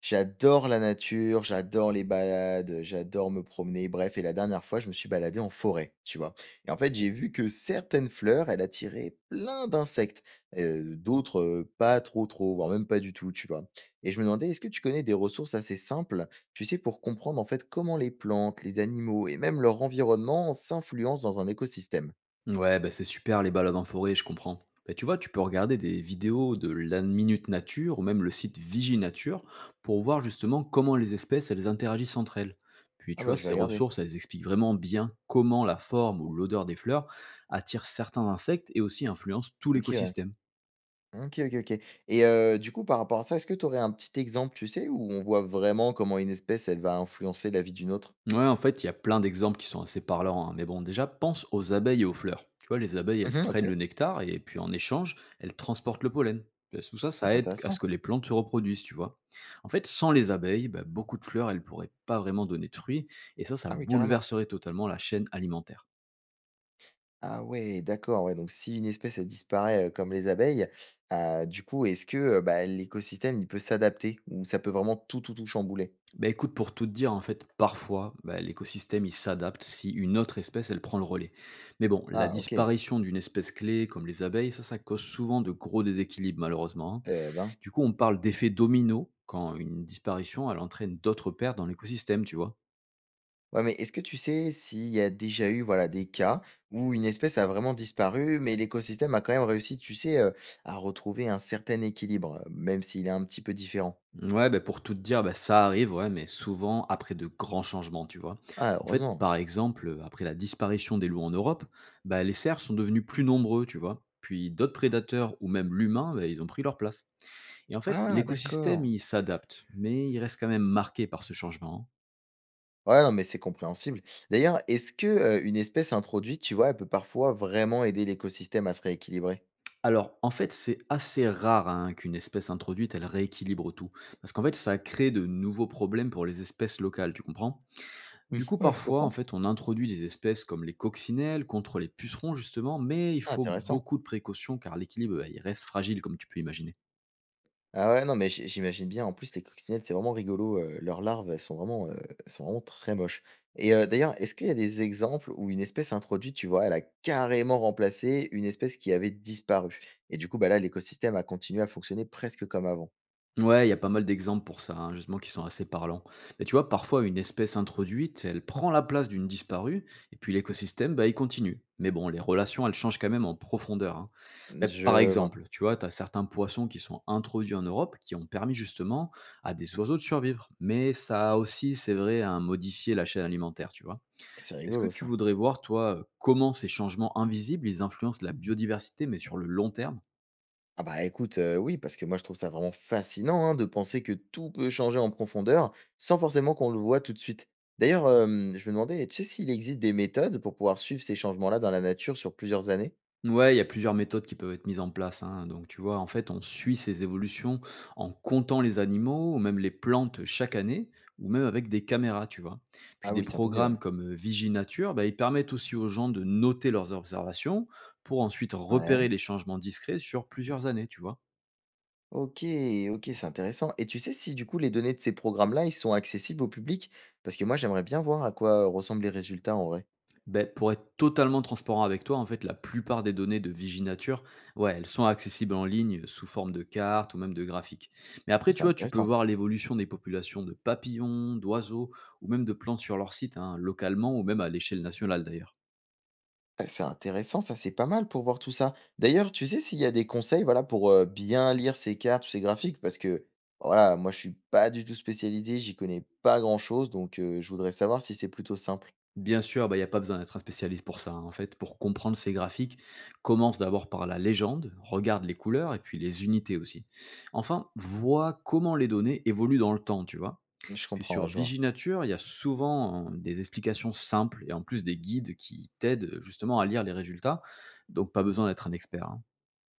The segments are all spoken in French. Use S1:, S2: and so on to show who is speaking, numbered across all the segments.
S1: J'adore la nature, j'adore les balades, j'adore me promener, bref, et la dernière fois, je me suis baladé en forêt, tu vois? Et en fait, j'ai vu que certaines fleurs, elles attiraient plein d'insectes, d'autres, pas trop, trop, voire même pas du tout, tu vois? Et je me demandais, est-ce que tu connais des ressources assez simples, tu sais, pour comprendre, en fait, comment les plantes, les animaux et même leur environnement s'influencent dans un écosystème?
S2: Ouais, bah, c'est super les balades en forêt, je comprends. Bah, tu vois, tu peux regarder des vidéos de la Minute Nature ou même le site Viginature pour voir justement comment les espèces elles interagissent entre elles. Puis
S1: Ah
S2: tu
S1: bah,
S2: vois,
S1: je vais
S2: ces
S1: regarder.
S2: ressources, elles expliquent vraiment bien comment la forme ou l'odeur des fleurs attire certains insectes et aussi influence tout
S1: OK, ouais.
S2: l'écosystème.
S1: OK, OK, OK, et du coup, par rapport à ça, est-ce que tu aurais un petit exemple, tu sais, où on voit vraiment comment une espèce, elle va influencer la vie d'une autre?
S2: Ouais, en fait, il y a plein d'exemples qui sont assez parlants, hein. Mais bon, déjà, pense aux abeilles et aux fleurs. Tu vois, les abeilles, elles
S1: Mmh,
S2: prennent le
S1: OK.
S2: nectar et puis en échange, elles transportent le pollen. Et tout ça,
S1: Ah,
S2: ça
S1: c'est
S2: aide à
S1: intéressant.
S2: ce que les plantes se reproduisent, tu vois. En fait, sans les abeilles, bah, beaucoup de fleurs, elles pourraient pas vraiment donner de fruits. Et ça
S1: Ah oui, carrément.
S2: bouleverserait totalement la chaîne alimentaire.
S1: Ah ouais, d'accord, ouais, donc si une espèce, elle disparaît, comme les abeilles, du coup, est-ce que, bah, l'écosystème, il peut s'adapter? Ou ça peut vraiment tout, tout, tout chambouler?
S2: Bah écoute, pour tout te dire, en fait, parfois, bah, l'écosystème, il s'adapte si une autre espèce, elle prend le relais. Mais bon, la
S1: Ah OK,
S2: disparition d'une espèce clé, comme les abeilles, ça cause souvent de gros déséquilibres, malheureusement, hein.
S1: eh ben.
S2: Du coup, on parle d'effet domino quand une disparition, elle entraîne d'autres pertes dans l'écosystème, tu vois?
S1: Ouais, mais est-ce que tu sais s'il y a déjà eu, voilà, des cas où une espèce a vraiment disparu, mais l'écosystème a quand même réussi, tu sais, à retrouver un certain équilibre, même s'il est un petit peu différent?
S2: Ouais, bah, pour tout te dire, bah, ça arrive, ouais, mais souvent après de grands changements, tu vois?
S1: Ah,
S2: En fait,
S1: heureusement.
S2: par exemple, après la disparition des loups en Europe, bah, les cerfs sont devenus plus nombreux, tu vois? Puis d'autres prédateurs ou même l'humain, bah, ils ont pris leur place. Et en fait,
S1: Ah,
S2: l'écosystème,
S1: d'accord.
S2: il s'adapte, mais il reste quand même marqué par ce changement, hein.
S1: Ouais, non, mais c'est compréhensible. D'ailleurs, est-ce que, une espèce introduite, tu vois, elle peut parfois vraiment aider l'écosystème à se rééquilibrer?
S2: Alors, en fait, c'est assez rare hein, qu'une espèce introduite, elle rééquilibre tout. Parce qu'en fait, ça crée de nouveaux problèmes pour les espèces locales, tu comprends.
S1: Mmh,
S2: Du coup,
S1: ouais, je
S2: parfois, en
S1: comprends.
S2: fait, on introduit des espèces comme les coccinelles contre les pucerons, justement, mais il
S1: Ah,
S2: faut
S1: intéressant.
S2: beaucoup de précautions car l'équilibre, bah, il reste fragile, comme tu peux imaginer.
S1: Ah ouais, non, mais j'imagine bien. En plus, les coccinelles, c'est vraiment rigolo, leurs larves, elles sont vraiment très moches, et d'ailleurs, est-ce qu'il y a des exemples où une espèce introduite, tu vois, elle a carrément remplacé une espèce qui avait disparu et du coup, bah, là, l'écosystème a continué à fonctionner presque comme avant?
S2: Ouais, il y a pas mal d'exemples pour ça, hein, justement, qui sont assez parlants. Mais tu vois, parfois, une espèce introduite, elle prend la place d'une disparue, et puis l'écosystème, bah, il continue. Mais bon, les relations, elles changent quand même en profondeur, hein. Mais par
S1: Je vois.
S2: exemple, tu vois, tu as certains poissons qui sont introduits en Europe, qui ont permis justement à des oiseaux de survivre. Mais ça a aussi, c'est vrai, à modifier la chaîne alimentaire, tu vois.
S1: C'est
S2: Est-ce que
S1: rigolo
S2: tu
S1: ça.
S2: voudrais voir, toi, comment ces changements invisibles, ils influencent la biodiversité, mais sur le long terme?
S1: Ah bah, écoute, oui, parce que moi, je trouve ça vraiment fascinant, hein, de penser que tout peut changer en profondeur sans forcément qu'on le voit tout de suite. D'ailleurs, je me demandais, tu sais s'il existe des méthodes pour pouvoir suivre ces changements-là dans la nature sur plusieurs années?
S2: Ouais, il y a plusieurs méthodes qui peuvent être mises en place, hein. Donc, tu vois, en fait, on suit ces évolutions en comptant les animaux ou même les plantes chaque année, ou même avec des caméras, tu vois. Puis
S1: Ah
S2: des
S1: oui, c'est un peu mieux, ouais.
S2: programmes comme Viginature, bah, ils permettent aussi aux gens de noter leurs observations pour ensuite repérer
S1: Ouais.
S2: les changements discrets sur plusieurs années, tu vois.
S1: OK, OK, c'est intéressant, et tu sais si du coup les données de ces programmes-là, ils sont accessibles au public? Parce que moi j'aimerais bien voir à quoi, ressemblent les résultats en vrai.
S2: Beh, pour être totalement transparent avec toi, en fait, la plupart des données de Viginature, ouais, elles sont accessibles en ligne sous forme de cartes ou même de graphiques. Mais
S1: Oh,
S2: après,
S1: c'est
S2: tu vois, tu peux
S1: intéressant.
S2: voir l'évolution des populations de papillons, d'oiseaux ou même de plantes sur leur site, hein, localement ou même à l'échelle nationale d'ailleurs.
S1: Ah, c'est intéressant ça, c'est pas mal pour voir tout ça. D'ailleurs, tu sais s'il y a des conseils, voilà, pour, bien lire ces cartes ou ces graphiques? Parce que, voilà, moi je suis pas du tout spécialisé, j'y connais pas grand chose donc je voudrais savoir si c'est plutôt simple.
S2: Bien sûr, bah, il n'y a pas besoin d'être un spécialiste pour ça, hein. En fait, pour comprendre ces graphiques, commence d'abord par la légende, regarde les couleurs et puis les unités aussi. Enfin, vois comment les données évoluent dans le temps, tu vois.
S1: Je
S2: Puis
S1: comprends,
S2: sur
S1: ouais, je vois.
S2: Viginature, il y a souvent, des explications simples et en plus des guides qui t'aident, justement à lire les résultats, donc pas besoin d'être un expert, hein.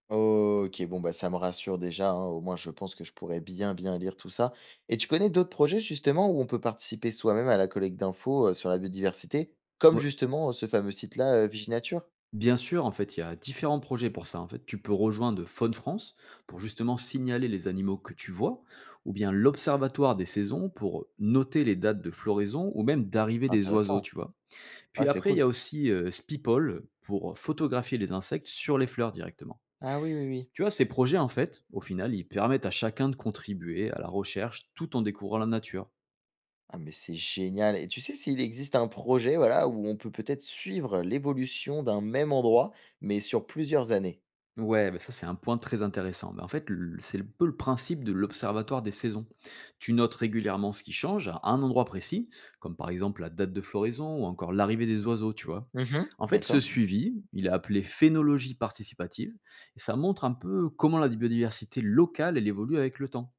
S1: OK, bon, bah, ça me rassure déjà, hein. Au moins, je pense que je pourrais bien, bien lire tout ça. Et tu connais d'autres projets, justement, où on peut participer soi-même à la collecte d'infos, sur la biodiversité? Comme
S2: Ouais,
S1: justement, ce fameux site-là, Viginature?
S2: bien sûr, en fait, il y a différents projets pour ça. En fait, tu peux rejoindre Faune France pour justement signaler les animaux que tu vois ou bien l'Observatoire des saisons pour noter les dates de floraison ou même d'arrivée des oiseaux,
S1: Intéressant.
S2: tu vois?
S1: Ah
S2: Puis
S1: c'est
S2: après, il y
S1: cool.
S2: a aussi, Spipol pour photographier les insectes sur les fleurs directement.
S1: Ah oui, oui, oui.
S2: Tu vois, ces projets, en fait, au final, ils permettent à chacun de contribuer à la recherche tout en découvrant la nature.
S1: Ah, mais c'est génial, et tu sais s'il existe un projet, voilà, où on peut peut-être suivre l'évolution d'un même endroit, mais sur plusieurs années?
S2: Ouais, ben ça c'est un point très intéressant. Ben en fait, c'est un peu le principe de l'Observatoire des saisons. Tu notes régulièrement ce qui change à un endroit précis, comme par exemple la date de floraison ou encore l'arrivée des oiseaux, tu vois.
S1: Mmh.
S2: En fait, ce
S1: D'accord.
S2: suivi, il est appelé phénologie participative, et ça montre un peu comment la biodiversité locale, elle évolue avec le temps.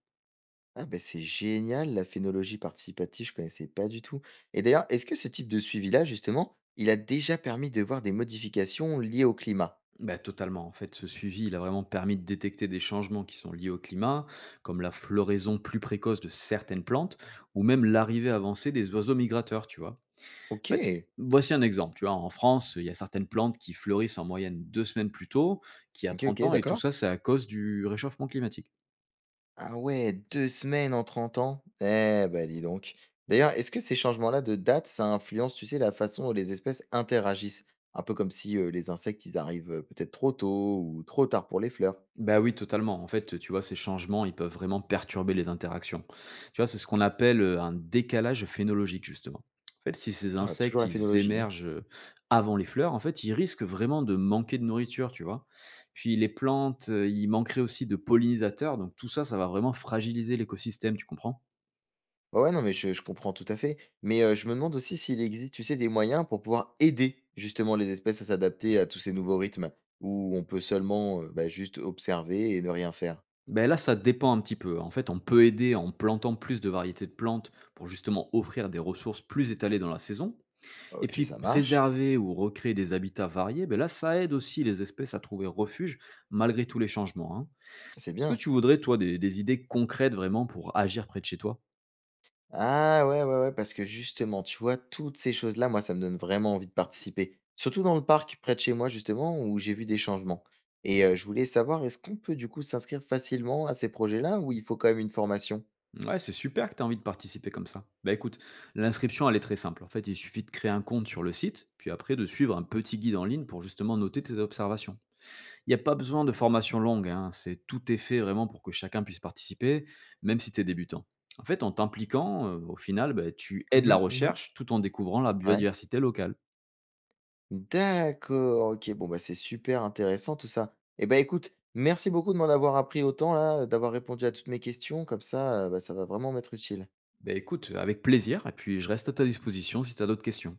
S1: Ah ben c'est génial la phénologie participative, je connaissais pas du tout. Et d'ailleurs, est-ce que ce type de suivi-là, justement, il a déjà permis de voir des modifications liées au climat?
S2: Bah, totalement. En fait, ce suivi, il a vraiment permis de détecter des changements qui sont liés au climat, comme la floraison plus précoce de certaines plantes, ou même l'arrivée avancée des oiseaux migrateurs, tu vois.
S1: Ok,
S2: En fait, voici un exemple. Tu vois, en France, il y a certaines plantes qui fleurissent en moyenne 2 semaines plus tôt qu'il y a
S1: ok, ok,
S2: 30 ans, et tout
S1: d'accord.
S2: ça, c'est à cause du réchauffement climatique.
S1: Ah ouais, 2 semaines en 30 ans? Eh ben dis donc. D'ailleurs, est-ce que ces changements-là de date, ça influence, tu sais, la façon dont les espèces interagissent? Un peu comme si les insectes, ils arrivent peut-être trop tôt ou trop tard pour les fleurs.
S2: Bah oui, totalement. En fait, tu vois, ces changements, ils peuvent vraiment perturber les interactions. Tu vois, c'est ce qu'on appelle un décalage phénologique, justement. En fait, si ces
S1: Ah, toujours
S2: insectes,
S1: la
S2: ils
S1: phénologie, hein.
S2: émergent avant les fleurs, en fait, ils risquent vraiment de manquer de nourriture, tu vois. Puis les plantes, ils manqueraient aussi de pollinisateurs, donc tout ça, ça va vraiment fragiliser l'écosystème, tu comprends.
S1: Ouais, ouais, non, mais je comprends tout à fait. Mais, je me demande aussi s'il existe, tu sais, des moyens pour pouvoir aider justement les espèces à s'adapter à tous ces nouveaux rythmes? Ou on peut seulement, bah, juste observer et ne rien faire?
S2: Ben là, ça dépend un petit peu. En fait, on peut aider en plantant plus de variétés de plantes pour justement offrir des ressources plus étalées dans la saison, et
S1: OK,
S2: puis
S1: ça marche,
S2: préserver ou recréer des habitats variés, ben là, ça aide aussi les espèces à trouver refuge malgré tous les changements, hein.
S1: c'est
S2: Est-ce que
S1: bien.
S2: tu voudrais, toi, des idées concrètes vraiment pour agir près de chez toi?
S1: Ah ouais, ouais, ouais, parce que justement, tu vois, toutes ces choses-là, moi, ça me donne vraiment envie de participer. Surtout dans le parc près de chez moi justement où j'ai vu des changements. Et je voulais savoir, est-ce qu'on peut du coup s'inscrire facilement à ces projets-là ou il faut quand même une formation?
S2: Ouais, c'est super que tu as envie de participer comme ça. Bah écoute, l'inscription, elle est très simple. En fait, il suffit de créer un compte sur le site, puis après de suivre un petit guide en ligne pour justement noter tes observations. Il n'y a pas besoin de formation longue, hein, c'est tout est fait vraiment pour que chacun puisse participer, même si tu es débutant. En fait, en t'impliquant, au final, bah, tu aides
S1: Mmh
S2: la
S1: mh. Mmh.
S2: recherche tout en découvrant la
S1: Ouais.
S2: biodiversité locale.
S1: D'accord, OK. Bon, bah, c'est super intéressant tout ça. Eh ben écoute, merci beaucoup de m'en avoir appris autant là, d'avoir répondu à toutes mes questions. Comme ça, bah, ça va vraiment m'être utile.
S2: Beh, écoute, avec plaisir et puis je reste à ta disposition si tu as d'autres questions.